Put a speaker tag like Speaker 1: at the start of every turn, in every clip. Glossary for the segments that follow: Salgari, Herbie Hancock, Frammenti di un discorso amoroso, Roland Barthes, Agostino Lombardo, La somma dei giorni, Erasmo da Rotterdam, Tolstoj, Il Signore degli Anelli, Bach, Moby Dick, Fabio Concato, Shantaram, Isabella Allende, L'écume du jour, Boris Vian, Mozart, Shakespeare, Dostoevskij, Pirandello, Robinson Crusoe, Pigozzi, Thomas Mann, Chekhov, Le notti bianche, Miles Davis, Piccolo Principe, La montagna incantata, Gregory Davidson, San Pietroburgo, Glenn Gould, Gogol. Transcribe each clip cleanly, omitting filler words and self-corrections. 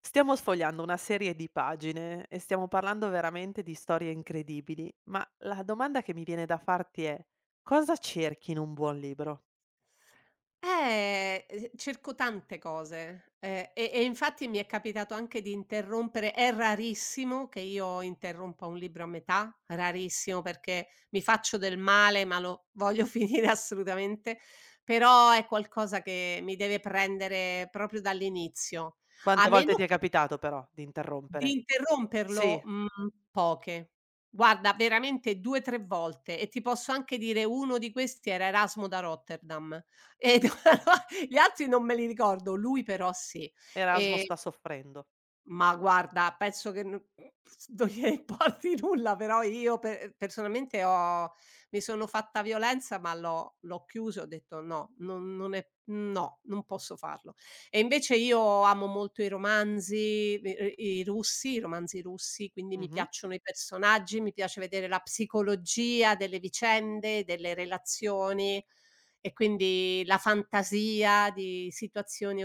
Speaker 1: Stiamo sfogliando una serie di pagine e stiamo parlando veramente di storie incredibili, ma la domanda che mi viene da farti è: cosa cerchi in un buon libro?
Speaker 2: Cerco tante cose, e infatti mi è capitato anche di interrompere. È rarissimo che io interrompa un libro a metà, rarissimo perché mi faccio del male, ma lo voglio finire assolutamente, però è qualcosa che mi deve prendere proprio dall'inizio. A
Speaker 1: Quante volte ti
Speaker 2: meno
Speaker 1: è capitato però di
Speaker 2: di
Speaker 1: interrompere?
Speaker 2: interromperlo?
Speaker 1: Sì,
Speaker 2: Mhmm, poche. Guarda, veramente 2, 3 volte, e ti posso anche dire, uno di questi era Erasmo da Rotterdam e gli altri non me li ricordo, lui però sì.
Speaker 1: Erasmo sta
Speaker 2: E
Speaker 1: soffrendo.
Speaker 2: ma guarda, penso che n non gliene importi nulla, però io pe personalmente ho mi sono fatta violenza, ma l'ho chiuso e ho detto: "No, non è no, non posso farlo". E invece io amo molto i romanzi, i russi, i romanzi russi, quindi mi
Speaker 1: Mh-mh.
Speaker 2: piacciono i personaggi, mi piace vedere la psicologia delle vicende, delle relazioni, e quindi la fantasia di situazioni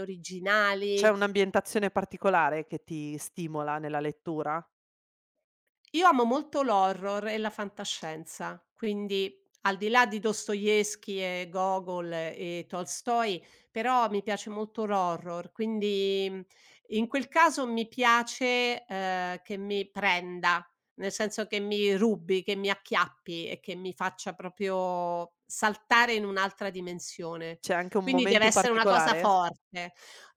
Speaker 1: C'è
Speaker 2: originali.
Speaker 1: un'ambientazione particolare che ti stimola nella lettura?
Speaker 2: Io amo molto l'horror e la fantascienza, quindi al di là di Dostoevskij e Gogol e Tolstoj, però mi piace molto l'horror. Quindi, in quel caso mi piace, che mi prenda, nel senso che mi rubi, che mi acchiappi e che mi faccia proprio saltare in un'altra dimensione.
Speaker 1: C'è anche un
Speaker 2: Quindi deve
Speaker 1: momento
Speaker 2: essere una cosa
Speaker 1: particolare?
Speaker 2: forte.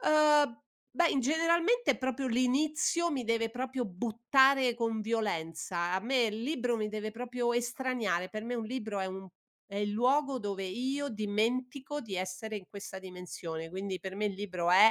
Speaker 2: Uhm Beh, in generalmente proprio l'inizio mi deve proprio buttare con violenza. A me il libro mi deve proprio estraniare. Per me un libro è un è il luogo dove io dimentico di essere in questa dimensione. Quindi per me il libro è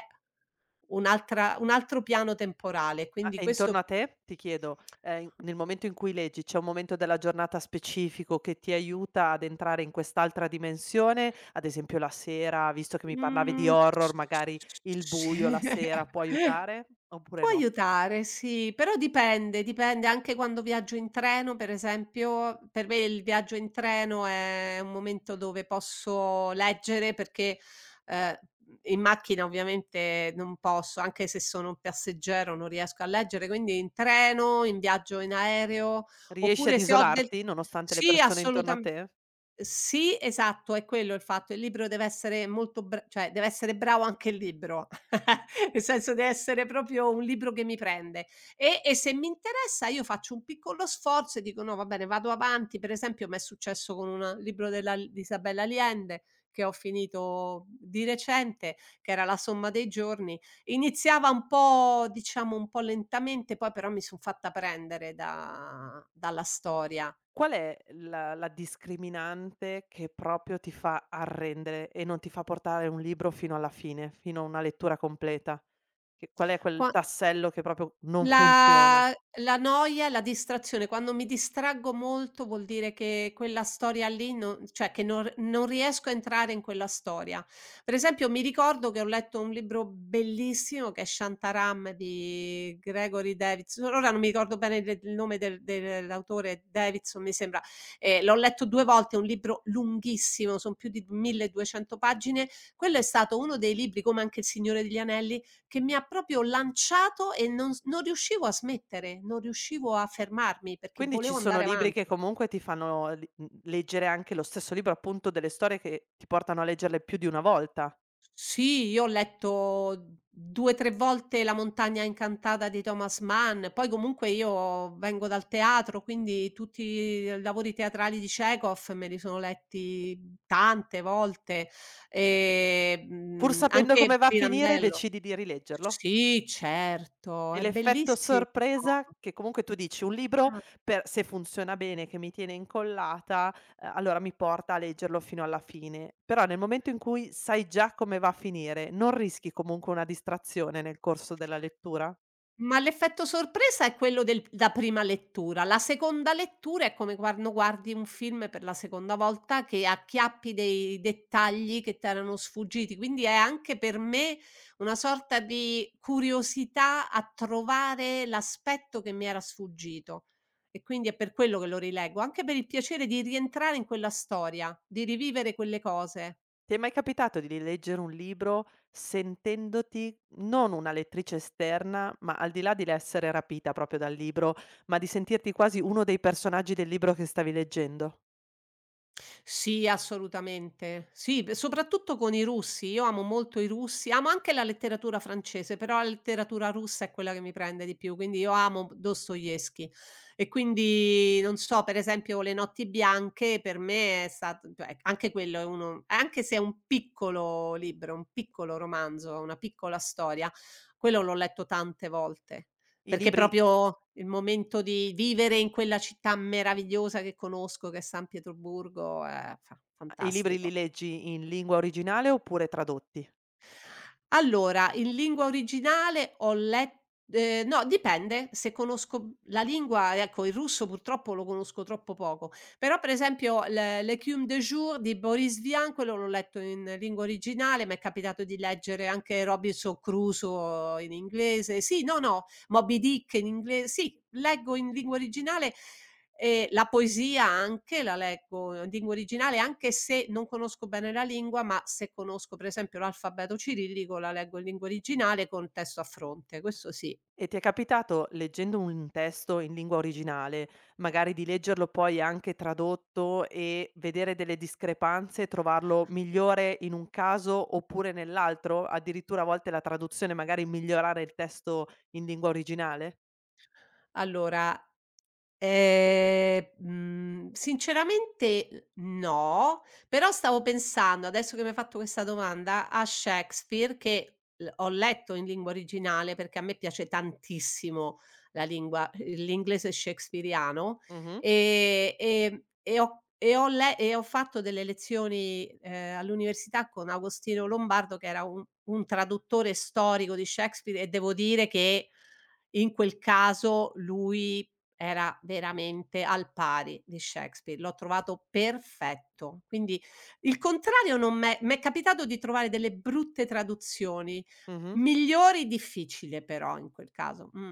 Speaker 2: un altro piano temporale,
Speaker 1: Ah,
Speaker 2: quindi
Speaker 1: e intorno a
Speaker 2: questo.
Speaker 1: te, ti chiedo, nel momento in cui leggi, c'è un momento della giornata specifico che ti aiuta ad entrare in quest'altra dimensione? Ad esempio la sera, visto che mi parlavi di
Speaker 2: Mhmm,
Speaker 1: horror,
Speaker 2: s s
Speaker 1: magari il buio la
Speaker 2: sì.
Speaker 1: sera può aiutare? Oppure
Speaker 2: Può
Speaker 1: no?
Speaker 2: aiutare, sì, però dipende anche quando viaggio in treno, per esempio. Per me il viaggio in treno è un momento dove posso leggere, perché, ehm, in macchina ovviamente non posso, anche se sono un passeggero non riesco a leggere, quindi in treno, in viaggio in aereo,
Speaker 1: Riesci ad
Speaker 2: oppure se ho del,
Speaker 1: isolarti nonostante le
Speaker 2: sì,
Speaker 1: persone intorno a
Speaker 2: assolutame
Speaker 1: te?
Speaker 2: sì, esatto, è quello il fatto, il libro deve essere molto br cioè deve essere bravo anche il libro. Nel senso deve essere proprio un libro che mi prende. E se mi interessa io faccio un piccolo sforzo e dico: "No, va bene, vado avanti." Per esempio m'è successo con un libro della di Isabella Allende, che ho finito di recente, che era La somma dei giorni. Iniziava un po', diciamo, un po' lentamente, poi però mi son fatta prendere da dalla storia.
Speaker 1: Qual è la discriminante che proprio ti fa arrendere e non ti fa portare un libro fino alla fine, fino a una lettura completa? Che qual è quel
Speaker 2: Qua
Speaker 1: tassello che proprio non funziona?
Speaker 2: La la noia, e la distrazione, quando mi distraggo molto vuol dire che quella storia lì non, cioè, che non riesco a entrare in quella storia. Per esempio mi ricordo che ho letto un libro bellissimo che è Shantaram di Gregory Davidson, ora non mi ricordo bene de il nome dell'autore, Davidson mi sembra, l'ho letto 2 volte, è un libro lunghissimo, son più di 1200 pagine. Quello è stato uno dei libri, come anche Il Signore degli Anelli, che mi ha proprio lanciato, e non riuscivo a smettere, non riuscivo a fermarmi perché
Speaker 1: Quindi ci
Speaker 2: volevo
Speaker 1: sono
Speaker 2: andare
Speaker 1: libri che
Speaker 2: avanti.
Speaker 1: comunque ti fanno leggere anche lo stesso libro, appunto, delle storie che ti portano a leggerle più di una volta.
Speaker 2: Sì, io ho letto 2, 3 volte La montagna incantata di Thomas Mann, poi comunque io vengo dal teatro, quindi tutti i lavori teatrali di Chekhov me li sono letti tante volte,
Speaker 1: Pur sapendo come
Speaker 2: anche
Speaker 1: va a finire
Speaker 2: Pirandello.
Speaker 1: decidi di rileggerlo?
Speaker 2: Sì, certo,
Speaker 1: E
Speaker 2: è
Speaker 1: l'effetto
Speaker 2: bellissimo.
Speaker 1: sorpresa che comunque tu dici: "Un libro per se funziona bene, che mi tiene incollata, allora mi porta a leggerlo fino alla fine". Però nel momento in cui sai già come va a finire, non rischi comunque una distrazione nel corso della lettura?
Speaker 2: Ma l'effetto sorpresa è quello del da prima lettura. La seconda lettura è come quando guardi un film per la seconda volta, che acchiappi dei dettagli che t'erano sfuggiti, quindi è anche per me una sorta di curiosità a trovare l'aspetto che mi era sfuggito, e quindi è per quello che lo rileggo, anche per il piacere di rientrare in quella storia, di rivivere quelle cose.
Speaker 1: Ti è mai capitato di rileggere un libro sentendoti non una lettrice esterna, ma al di là dell'essere rapita proprio dal libro, ma di sentirti quasi uno dei personaggi del libro che stavi leggendo?
Speaker 2: Sì, assolutamente. Sì, beh, soprattutto con i russi. Io amo molto i russi, amo anche la letteratura francese, però la letteratura russa è quella che mi prende di più, quindi io amo Dostoevskij. E quindi, non so, per esempio Le notti bianche, per me è stato, cioè, ecco, anche quello è uno, anche se è un piccolo libro, un piccolo romanzo, una piccola storia, quello l'ho letto tante volte.
Speaker 1: I
Speaker 2: Perché
Speaker 1: libri
Speaker 2: proprio il momento di vivere in quella città meravigliosa che conosco, che è San Pietroburgo, è fa
Speaker 1: i libri li
Speaker 2: fantastico.
Speaker 1: leggi in lingua originale oppure tradotti?
Speaker 2: Allora, in lingua originale ho let no, dipende, se conosco la lingua, ecco, il russo purtroppo lo conosco troppo poco, però per esempio "L'écume du jour" di Boris Vian, quello l'ho letto in lingua originale, m'è capitato di leggere anche Robinson Crusoe in inglese, sì, no, no, Moby Dick in ingle sì, leggo in lingua originale. La poesia anche la leggo in lingua originale, anche se non conosco bene la lingua, ma se conosco per esempio l'alfabeto cirillico la leggo in lingua originale con testo a fronte, questo sì.
Speaker 1: E ti è capitato, leggendo un testo in lingua originale, magari di leggerlo poi anche tradotto e vedere delle discrepanze e trovarlo migliore in un caso oppure nell'altro? Addirittura a volte la traduzione magari migliorare il testo in lingua originale?
Speaker 2: Allora, sinceramente, no, però stavo pensando, adesso che mi hai fatto questa domanda, a Shakespeare, che l ho letto in lingua originale, perché a me piace tantissimo la lingua l'inglese shakespeariano,
Speaker 1: Mh-mh,
Speaker 2: e ho fatto delle lezioni, all'università con Agostino Lombardo, che era un traduttore storico di Shakespeare, e devo dire che in quel caso lui era veramente al pari di Shakespeare, l'ho trovato perfetto. Quindi il contrario non m'è capitato di trovare delle brutte traduzioni,
Speaker 1: mh-mh.
Speaker 2: migliori difficile però in quel caso.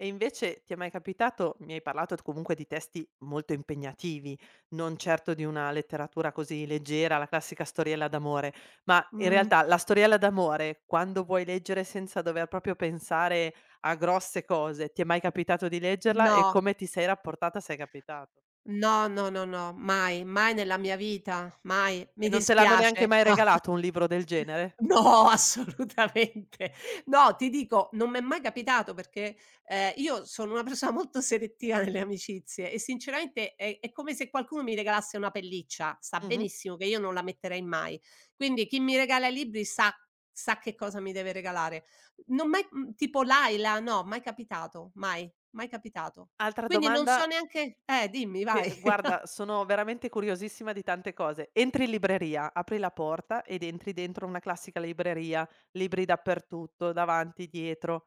Speaker 1: E invece ti è mai capitato mi hai parlato d comunque di testi molto impegnativi, non certo di una letteratura così leggera, la classica storiella d'amore, ma in
Speaker 2: mh.
Speaker 1: realtà la storiella d'amore, quando vuoi leggere senza dover proprio pensare a grosse cose, ti è mai capitato di leggerla e
Speaker 2: No,
Speaker 1: come ti sei rapportata se è capitato?
Speaker 2: no, no, no, no, mai, mai nella mia vita, mai.
Speaker 1: E
Speaker 2: Mi
Speaker 1: non te l'hanno neanche
Speaker 2: dispiace.
Speaker 1: mai
Speaker 2: No.
Speaker 1: regalato un libro del genere?
Speaker 2: No, assolutamente. No, ti dico, non m'è mai capitato, perché, io sono una persona molto selettiva nelle amicizie, e sinceramente è come se qualcuno mi regalasse una pelliccia, sa
Speaker 1: Mh-mh.
Speaker 2: benissimo che io non la metterei mai. Quindi chi mi regala i libri sa che cosa mi deve regalare. Non m'è, tipo Laila, no, mai capitato, mai, mai capitato.
Speaker 1: Altra
Speaker 2: Quindi non
Speaker 1: domanda
Speaker 2: so neanche, dimmi,
Speaker 1: che
Speaker 2: vai.
Speaker 1: guarda, sono veramente curiosissima di tante cose. Entri in libreria, apri la porta ed entri dentro una classica libreria, libri dappertutto, davanti, dietro.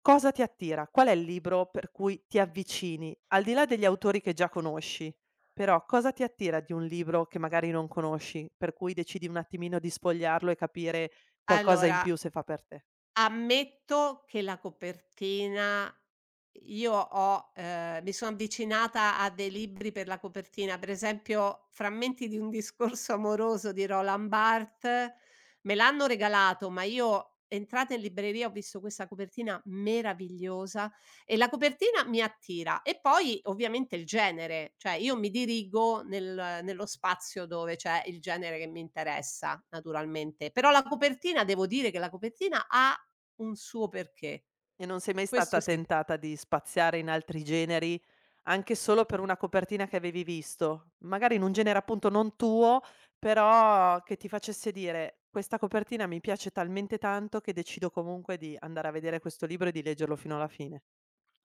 Speaker 1: Cosa ti attira? Qual è il libro per cui ti avvicini? Al di là degli autori che già conosci, però cosa ti attira di un libro che magari non conosci, per cui decidi un attimino di sfogliarlo e capire qualcosa in
Speaker 2: Allora,
Speaker 1: più se fa per te?
Speaker 2: ammetto che la copertina, io ho mi sono avvicinata a dei libri per la copertina, per esempio Frammenti di un discorso amoroso di Roland Barthes, me l'hanno regalato, ma io, entrata in libreria, ho visto questa copertina meravigliosa, e la copertina mi attira, e poi ovviamente il genere, cioè io mi dirigo nello spazio dove c'è il genere che mi interessa naturalmente, però la copertina, devo dire che la copertina ha un suo perché,
Speaker 1: E non sei mai
Speaker 2: questo
Speaker 1: stata
Speaker 2: sì.
Speaker 1: tentata di spaziare in altri generi, anche solo per una copertina che avevi visto? Magari in un genere appunto non tuo, però che ti facesse dire: "Questa copertina mi piace talmente tanto che decido comunque di andare a vedere questo libro e di leggerlo fino alla fine."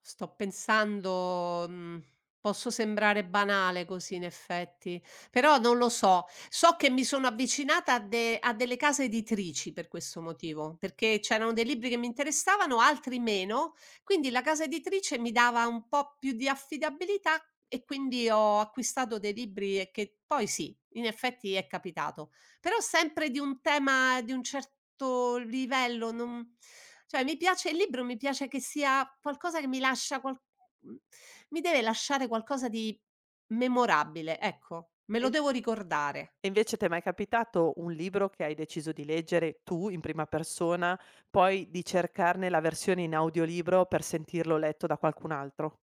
Speaker 2: Sto pensando, posso sembrare banale così in effetti, però non lo so. So che mi sono avvicinata a delle case editrici per questo motivo, perché c'erano dei libri che mi interessavano, altri meno, quindi la casa editrice mi dava un po' più di affidabilità, e quindi ho acquistato dei libri, e che poi sì, in effetti è capitato. Però sempre di un tema di un certo livello, non, cioè, mi piace il libro, mi piace che sia qualcosa che mi lascia mhmm, mi deve lasciare qualcosa di memorabile, ecco, me
Speaker 1: E
Speaker 2: lo
Speaker 1: in
Speaker 2: devo ricordare.
Speaker 1: e invece t'è mai capitato un libro che hai deciso di leggere tu in prima persona, poi di cercarne la versione in audiolibro per sentirlo letto da qualcun altro?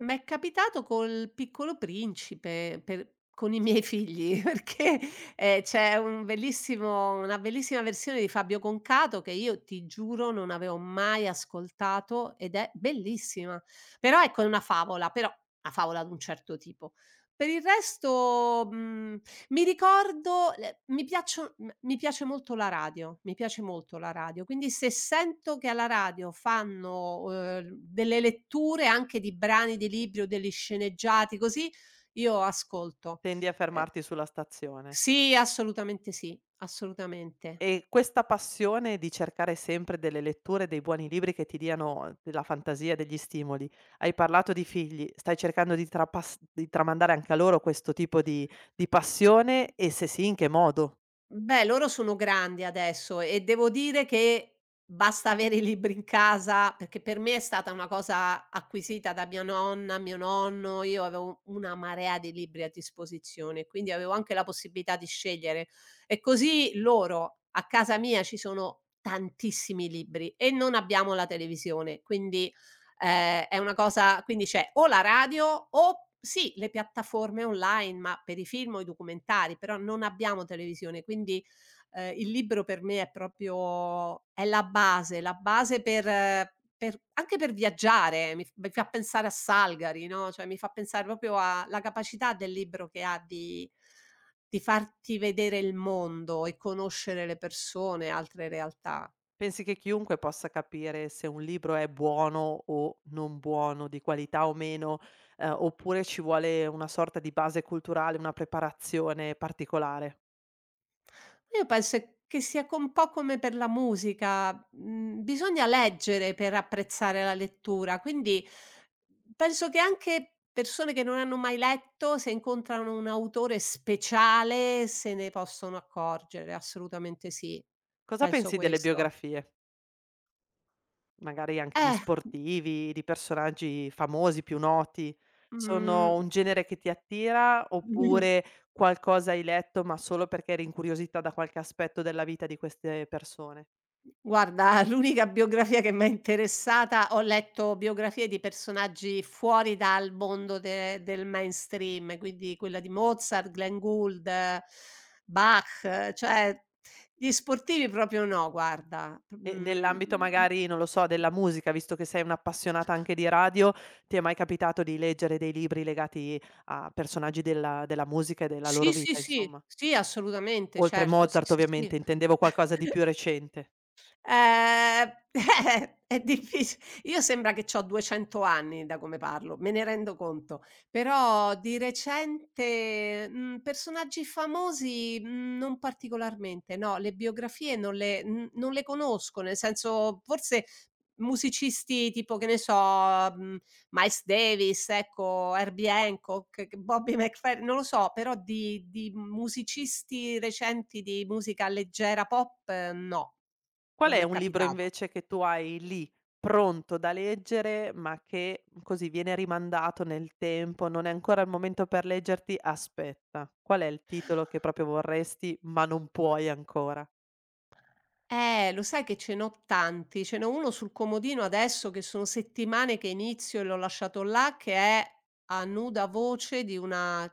Speaker 2: M'è capitato col Piccolo Principe per con i miei figli, perché, c'è un bellissimo, una bellissima versione di Fabio Concato che io ti giuro non avevo mai ascoltato, ed è bellissima. Però ecco, è una favola, però una favola d'un certo tipo. Per il resto, mi ricordo le mi piaccio m mi piace molto la radio, mi piace molto la radio, quindi se sento che alla radio fanno, delle letture anche di brani di libri o degli sceneggiati così, io ascolto.
Speaker 1: Tendi a
Speaker 2: Ehm
Speaker 1: fermarti sulla stazione.
Speaker 2: sì, assolutamente sì, assolutamente.
Speaker 1: E questa passione di cercare sempre delle letture, dei buoni libri che ti diano della fantasia, degli stimoli. Hai parlato di figli, stai cercando di trapas di tramandare anche a loro questo tipo di passione e se sì, in che modo?
Speaker 2: Beh, loro sono grandi adesso, e devo dire che basta avere i libri in casa, perché per me è stata una cosa acquisita, da mia nonna, mio nonno, io avevo una marea di libri a disposizione, quindi avevo anche la possibilità di scegliere. E così loro, a casa mia ci sono tantissimi libri, e non abbiamo la televisione, quindi, è una cosa, quindi c'è o la radio o, sì, le piattaforme online, ma per i film o i documentari, però non abbiamo televisione, quindi, il libro per me è proprio è la base per, per anche per viaggiare, mi f mi fa pensare a Salgari, no, cioè mi fa pensare proprio alla capacità del libro che ha di farti vedere il mondo e conoscere le persone, altre realtà.
Speaker 1: Pensi che chiunque possa capire se un libro è buono o non buono, di qualità o meno, oppure ci vuole una sorta di base culturale, una preparazione particolare?
Speaker 2: Io penso è che sia co un po' come per la musica, bisogna leggere per apprezzare la lettura, quindi penso che anche persone che non hanno mai letto, se incontrano un autore speciale, se ne possono accorgere, assolutamente sì.
Speaker 1: Cosa
Speaker 2: Penso
Speaker 1: pensi delle
Speaker 2: questo.
Speaker 1: biografie? Magari anche di
Speaker 2: Eh,
Speaker 1: sportivi, di personaggi famosi, più noti. Sono
Speaker 2: mhmm
Speaker 1: un genere che ti attira oppure qualcosa hai letto, ma solo perché eri incuriosita da qualche aspetto della vita di queste persone?
Speaker 2: Guarda, l'unica biografia che m'è interessata, ho letto biografie di personaggi fuori dal mondo de del mainstream, quindi quella di Mozart, Glenn Gould, Bach, cioè, gli sportivi proprio no, guarda.
Speaker 1: E
Speaker 2: Mhmm,
Speaker 1: nell'ambito magari, non lo so, della musica, visto che sei un'appassionata anche di radio, ti è mai capitato di leggere dei libri legati a personaggi della musica e della loro
Speaker 2: sì, sì,
Speaker 1: vita,
Speaker 2: sì,
Speaker 1: insomma?
Speaker 2: sì, assolutamente,
Speaker 1: Oltre
Speaker 2: certo, sì,
Speaker 1: Mozart
Speaker 2: sì, sì.
Speaker 1: ovviamente, intendevo qualcosa di più recente.
Speaker 2: Ehm, è diffici io sembra che c'ho 200 anni da come parlo, me ne rendo conto, però di recente, personaggi famosi, non particolarmente, no, le biografie non le conosco, nel senso forse musicisti tipo, che ne so, Miles Davis, ecco, Herbie Hancock, che Bobby McFer, non lo so, però di musicisti recenti di musica leggera pop, no,
Speaker 1: Qual
Speaker 2: non
Speaker 1: è
Speaker 2: m'è
Speaker 1: un libro
Speaker 2: capitato.
Speaker 1: invece che tu hai lì, pronto da leggere, ma che così viene rimandato nel tempo, non è ancora il momento per leggerti, aspetta. Qual è il titolo che proprio vorresti, ma non puoi ancora?
Speaker 2: Lo sai che ce n'ho tanti, ce n'ho uno sul comodino adesso, che sono settimane che inizio e l'ho lasciato là, che è "A nuda voce" di una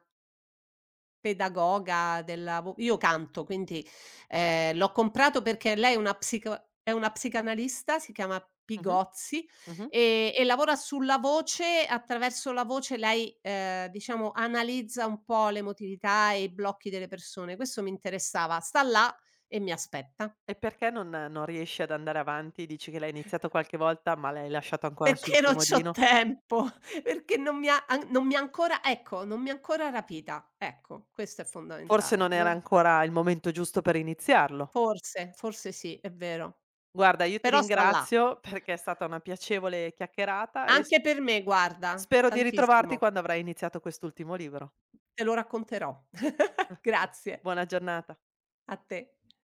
Speaker 2: pedagoga della vo io canto, quindi, l'ho comprato perché lei è una psicanalista, si chiama
Speaker 1: Mh-mh,
Speaker 2: Pigozzi,
Speaker 1: mh-mh.
Speaker 2: e lavora sulla voce, attraverso la voce lei, diciamo, analizza un po' l'emotività e i blocchi delle persone. Questo mi interessava. Sta là e mi aspetta,
Speaker 1: E perché non riesci ad andare avanti? Dici che l'hai iniziato qualche volta, ma l'hai lasciato ancora sul
Speaker 2: perché non c'ho
Speaker 1: comodino.
Speaker 2: tempo, perché non mi ha ancora, ecco, non mi ha ancora rapita. Ecco, questo è
Speaker 1: Forse
Speaker 2: fondamentale.
Speaker 1: non era
Speaker 2: Non.
Speaker 1: ancora il momento giusto per iniziarlo.
Speaker 2: Forse, forse sì, è vero.
Speaker 1: Guarda, io ti
Speaker 2: Però sta là.
Speaker 1: ringrazio perché è stata una piacevole chiacchierata e s
Speaker 2: Anche per me guarda,
Speaker 1: spero di ritrovarti
Speaker 2: tantissimo.
Speaker 1: quando avrai iniziato quest'ultimo libro.
Speaker 2: Te lo racconterò. Grazie.
Speaker 1: Buona giornata.
Speaker 2: A te.